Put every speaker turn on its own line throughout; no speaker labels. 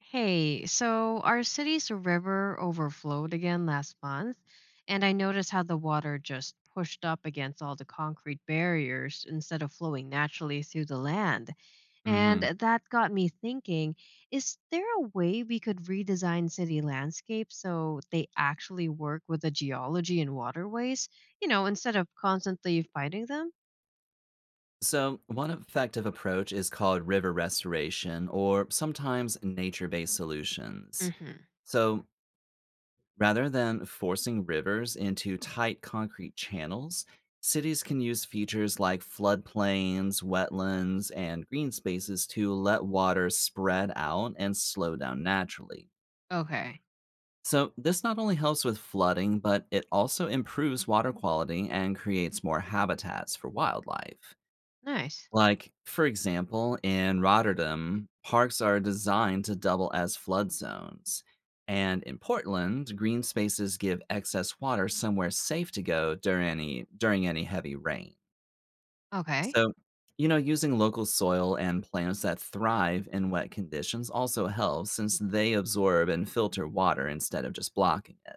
Hey, so our city's river overflowed again last month, and I noticed how the water just pushed up against all the concrete barriers instead of flowing naturally through the land. And
Hmm.
that got me thinking, is there a way we could redesign city landscapes so they actually work with the geology and waterways, instead of constantly fighting them?
So, one effective approach is called river restoration or sometimes nature based solutions.
Mhm.
So, rather than forcing rivers into tight concrete channels, cities can use features like floodplains, wetlands, and green spaces to let water spread out and slow down naturally.
Okay.
So, this not only helps with flooding, but it also improves water quality and creates more habitats for wildlife.
Nice.
Like, for example, in Rotterdam, parks are designed to double as flood zones. And in Portland, green spaces give excess water somewhere safe to go during any heavy rain.
Okay.
So, you know, using local soil and plants that thrive in wet conditions also helps since they absorb and filter water instead of just blocking it.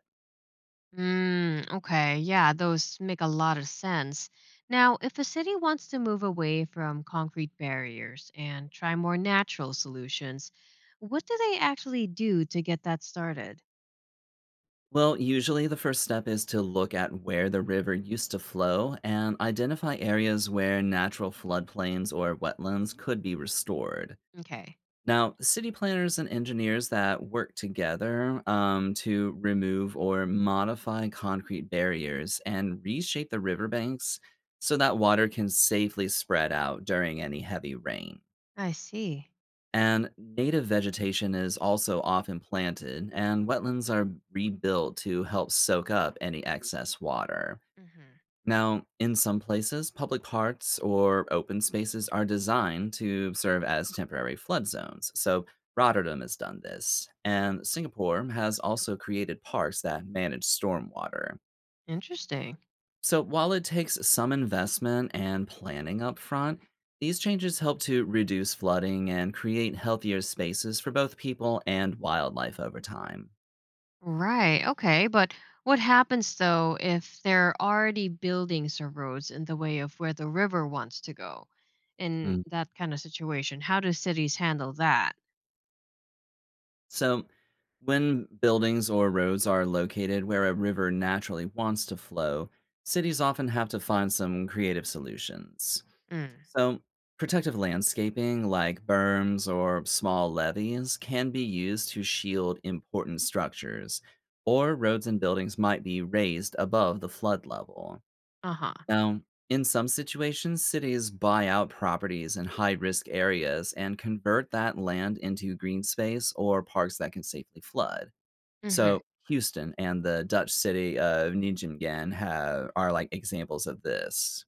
Mm, okay, yeah, those make a lot of sense. Now, if a city wants to move away from concrete barriers and try more natural solutions, what do they actually do to get that started?
Well, usually the first step is to look at where the river used to flow and identify areas where natural floodplains or wetlands could be restored.
Okay,
Now, city planners and engineers that work together to remove or modify concrete barriers and reshape the riverbanks so that water can safely spread out during any heavy rain.
I see.
And native vegetation is also often planted, and wetlands are rebuilt to help soak up any excess water.
Hmm.
Now, in some places, public parks or open spaces are designed to serve as temporary flood zones. So, Rotterdam has done this, and Singapore has also created parks that manage stormwater.
Interesting.
So, while it takes some investment and planning up front, these changes help to reduce flooding and create healthier spaces for both people and wildlife over time.
Right, okay, but what happens though if there are already buildings or roads in the way of where the river wants to go? In
Mm,
that kind of situation, how do cities handle that?
So, when buildings or roads are located where a river naturally wants to flow, cities often have to find some creative solutions.
Mm,
So, protective landscaping like berms or small levees can be used to shield important structures, or roads and buildings might be raised above the flood level.
uh-huh.
Now, in some situations, cities buy out properties in high risk areas and convert that land into green space or parks that can safely flood.
Hmm.
So, Houston and the Dutch city of Nijmegen have, are like examples of this.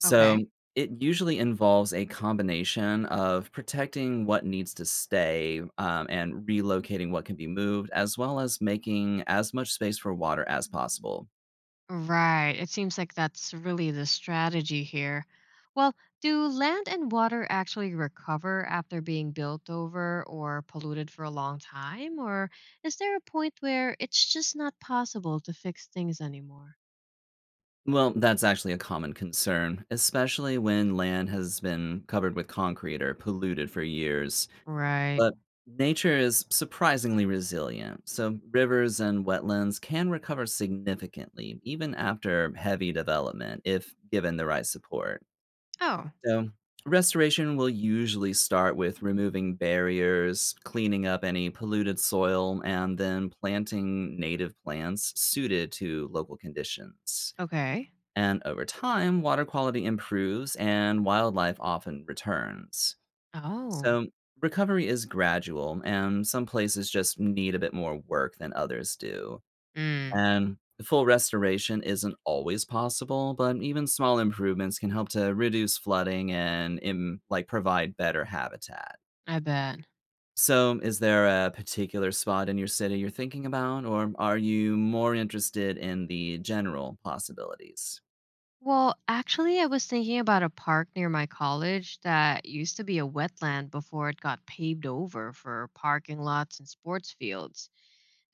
So
Okay.
it usually involves a combination of protecting what needs to stay and relocating what can be moved, as well as making as much space for water as possible.
Right. It seems like that's really the strategy here. Well, do land and water actually recover after being built over or polluted for a long time? Or is there a point where it's just not possible to fix things anymore?
Well, that's actually a common concern, especially when land has been covered with concrete or polluted for years.
Right.
But nature is surprisingly resilient, so rivers and wetlands can recover significantly, even after heavy development, if given the right support.
Oh,
So, restoration will usually start with removing barriers, cleaning up any polluted soil, and then planting native plants suited to local conditions.
okay.
And over time, water quality improves and wildlife often returns.
Oh,
So, recovery is gradual, and some places just need a bit more work than others do.
mm,
And full restoration isn't always possible, but even small improvements can help to reduce flooding and like provide better habitat.
I bet.
So, is there a particular spot in your city you're thinking about, or are you more interested in the general possibilities?
Well, actually, I was thinking about a park near my college that used to be a wetland before it got paved over for parking lots and sports fields.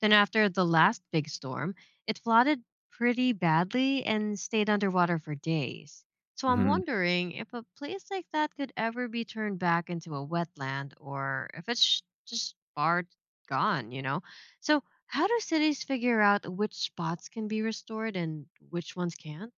Then, after the last big storm, it flooded pretty badly and stayed underwater for days. So, I'm
Hmm.
wondering if a place like that could ever be turned back into a wetland or if just far gone? So, how do cities figure out which spots can be restored and which ones can't?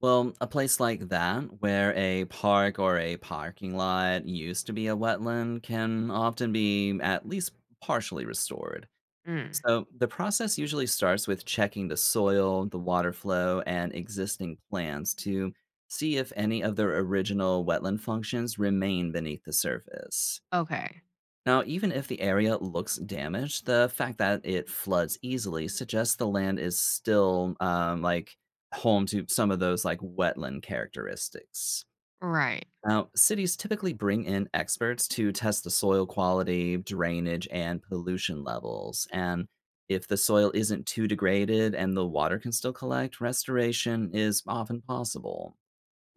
Well, a place like that, where a park or a parking lot used to be a wetland, can often be at least partially restored.
Mm,
So the process usually starts with checking the soil, the water flow, and existing plants to see if any of their original wetland functions remain beneath the surface.
okay.
Now, even if the area looks damaged, the fact that it floods easily suggests the land is still like home to some of those like wetland characteristics.
Right.
Now, cities typically bring in experts to test the soil quality, drainage, and pollution levels. And if the soil isn't too degraded and the water can still collect, restoration is often possible.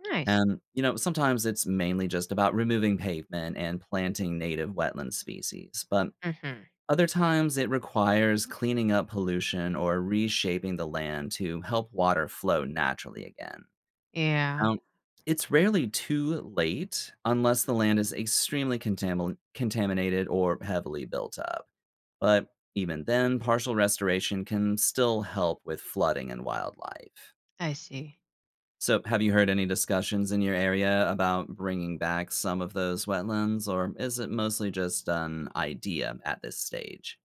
Nice.
And, you know, sometimes it's mainly just about removing pavement and planting native wetland species. But
Hmm.
other times it requires cleaning up pollution or reshaping the land to help water flow naturally again.
Yeah,
Um, it's rarely too late unless the land is extremely contaminated or heavily built up. But even then, partial restoration can still help with flooding and wildlife.
I see.
So, have you heard any discussions in your area about bringing back some of those wetlands, or is it mostly just an idea at this stage?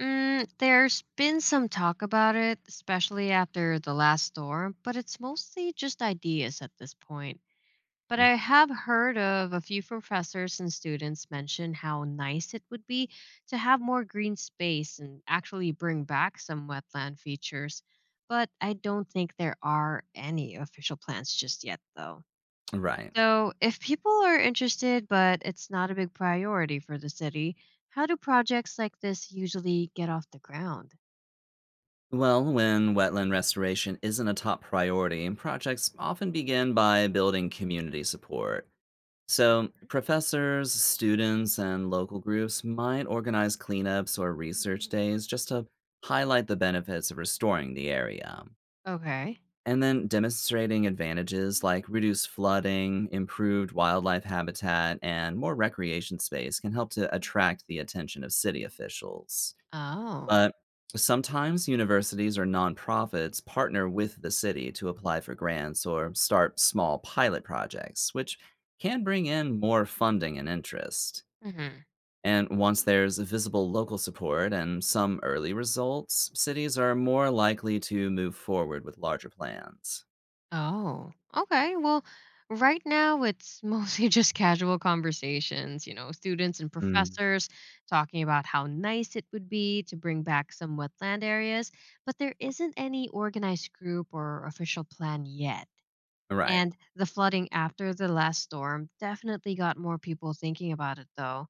Mm, there's been some talk about it, especially after the last storm, but it's mostly just ideas at this point. But
Mm.
I have heard of a few professors and students mention how nice it would be to have more green space and actually bring back some wetland features. But I don't think there are any official plans just yet, though.
Right.
So, if people are interested, but it's not a big priority for the city, how do projects like this usually get off the ground?
Well, when wetland restoration isn't a top priority, projects often begin by building community support. So, professors, students, and local groups might organize cleanups or research days just to highlight the benefits of restoring the area.
Okay.
And then demonstrating advantages like reduced flooding, improved wildlife habitat, and more recreation space can help to attract the attention of city officials.
Oh.
But sometimes universities or nonprofits partner with the city to apply for grants or start small pilot projects, which can bring in more funding and interest.
Hmm.
And once there's visible local support and some early results, cities are more likely to move forward with larger plans.
Oh. Okay. Well, right now it's mostly just casual conversations, students and
Mm.
professors talking about how nice it would be to bring back some wetland areas, but there isn't any organized group or official plan yet.
Right.
And the flooding after the last storm definitely got more people thinking about it, though.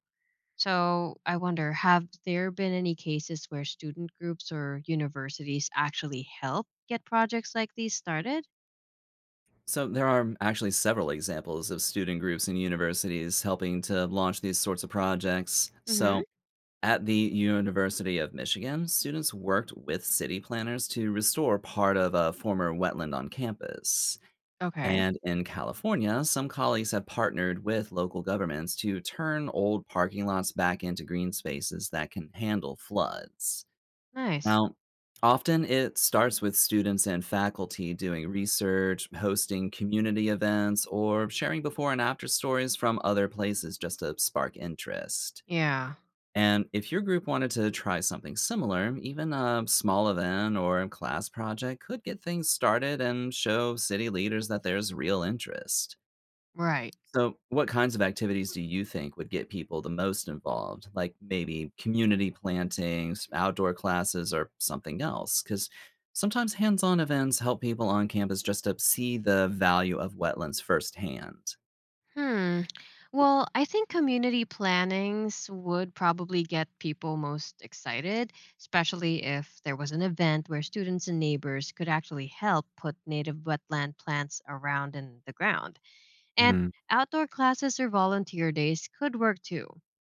So I wonder, have there been any cases where student groups or universities actually help get projects like these started?
So there are actually several examples of student groups and universities helping to launch these sorts of projects.
Mm-hmm.
So at the University of Michigan, students worked with city planners to restore part of a former wetland on campus.
Okay.
And in California, some colleagues have partnered with local governments to turn old parking lots back into green spaces that can handle floods.
Nice.
Now, often it starts with students and faculty doing research, hosting community events, or sharing before and after stories from other places just to spark interest.
Yeah.
And if your group wanted to try something similar, even a small event or a class project could get things started and show city leaders that there's real interest.
Right.
So, what kinds of activities do you think would get people the most involved? Like maybe community plantings, outdoor classes, or something else? Because sometimes hands on events help people on campus just to see the value of wetlands firsthand.
Hmm. Well, I think community plannings would probably get people most excited, especially if there was an event where students and neighbors could actually help put native wetland plants around in the ground. And
Hmm.
outdoor classes or volunteer days could work too.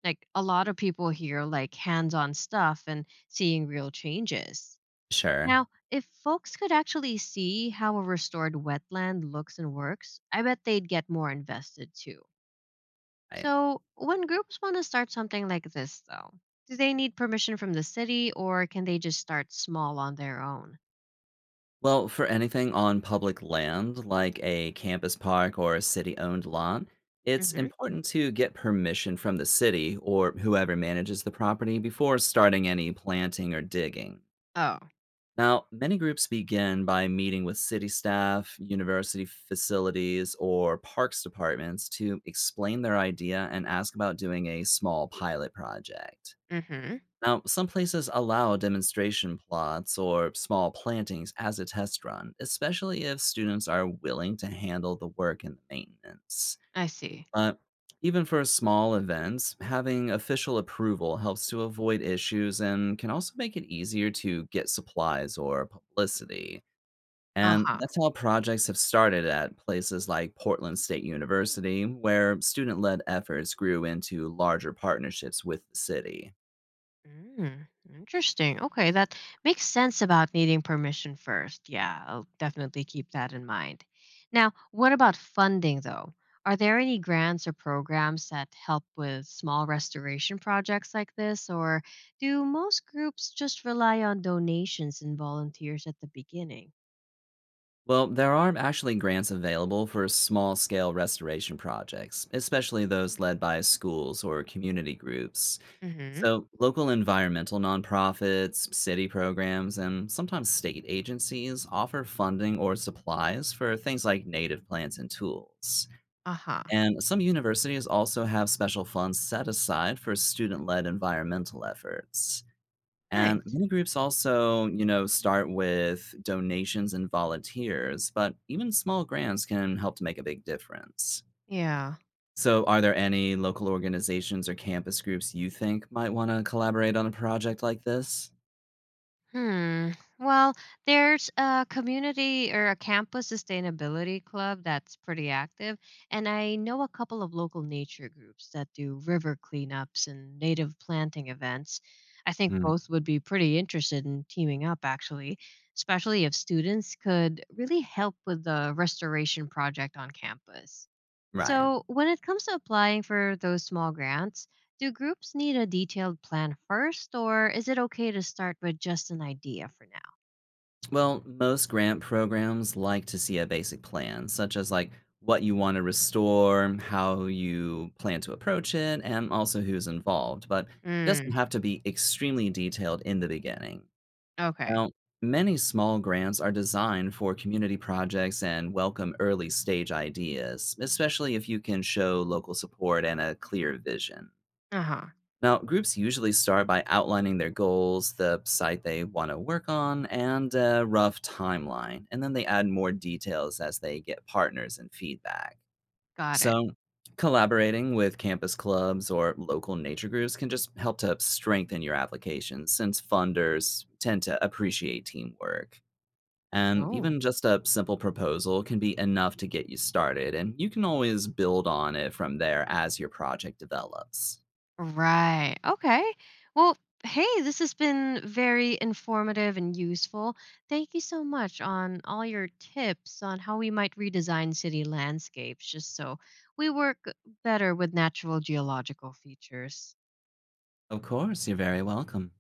Like a lot of people here like hands on stuff and seeing real changes.
Sure.
Now, if folks could actually see how a restored wetland looks and works, I bet they'd get more invested too.
Right.
So, when groups want to start something like this, though, do they need permission from the city or can they just start small on their own?
Well, for anything on public land, like a campus park or a city owned lot, it's
Hmm.
important to get permission from the city or whoever manages the property before starting any planting or digging.
Oh,
Now, many groups begin by meeting with city staff, university facilities, or parks departments to explain their idea and ask about doing a small pilot project.
hmm.
Now, some places allow demonstration plots or small plantings as a test run, especially if students are willing to handle the work and the maintenance.
I see.
But even for small events, having official approval helps to avoid issues and can also make it easier to get supplies or publicity.
Uh
And
huh.
that's how projects have started at places like Portland State University, where student led efforts grew into larger partnerships with the city.
Mm, interesting. Okay, that makes sense about needing permission first. Yeah, I'll definitely keep that in mind. Now, what about funding though? Are there any grants or programs that help with small restoration projects like this, or do most groups just rely on donations and volunteers at the beginning?
Well, there are actually grants available for small scale restoration projects, especially those led by schools or community groups.
Mm-hmm.
So, local environmental nonprofits, city programs, and sometimes state agencies offer funding or supplies for things like native plants and tools.
Aha.
And some universities also have special funds set aside for student led environmental efforts. And
Nice.
many groups also, you know, start with donations and volunteers, but even small grants can help to make a big difference.
Yeah.
So, are there any local organizations or campus groups you think might want to collaborate on a project like this?
Hmm. Well, there's a community or a campus sustainability club that's pretty active, and I know a couple of local nature groups that do river cleanups and native planting events. I think
Hmm.
both would be pretty interested in teaming up, actually, especially if students could really help with the restoration project on campus.
Right.
So, when it comes to applying for those small grants, do groups need a detailed plan first, or is it okay to start with just an idea for now?
Well, most grant programs like to see a basic plan, such as like what you want to restore, how you plan to approach it, and also who's involved. But it doesn't
Mm,
have to be extremely detailed in the beginning.
okay.
Now, many small grants are designed for community projects and welcome early stage ideas, especially if you can show local support and a clear vision.
Uh huh.
Now, groups usually start by outlining their goals, the site they want to work on, and a rough timeline, and then they add more details as they get partners and feedback.
Got it.
So, collaborating with campus clubs or local nature groups can just help to strengthen your application since funders tend to appreciate teamwork. And
Oh,
even just a simple proposal can be enough to get you started, and you can always build on it from there as your project develops.
right. Okay. Well, hey, this has been very informative and useful. Thank you so much on all your tips on how we might redesign city landscapes just so we work better with natural geological features.
Of course, you're very welcome.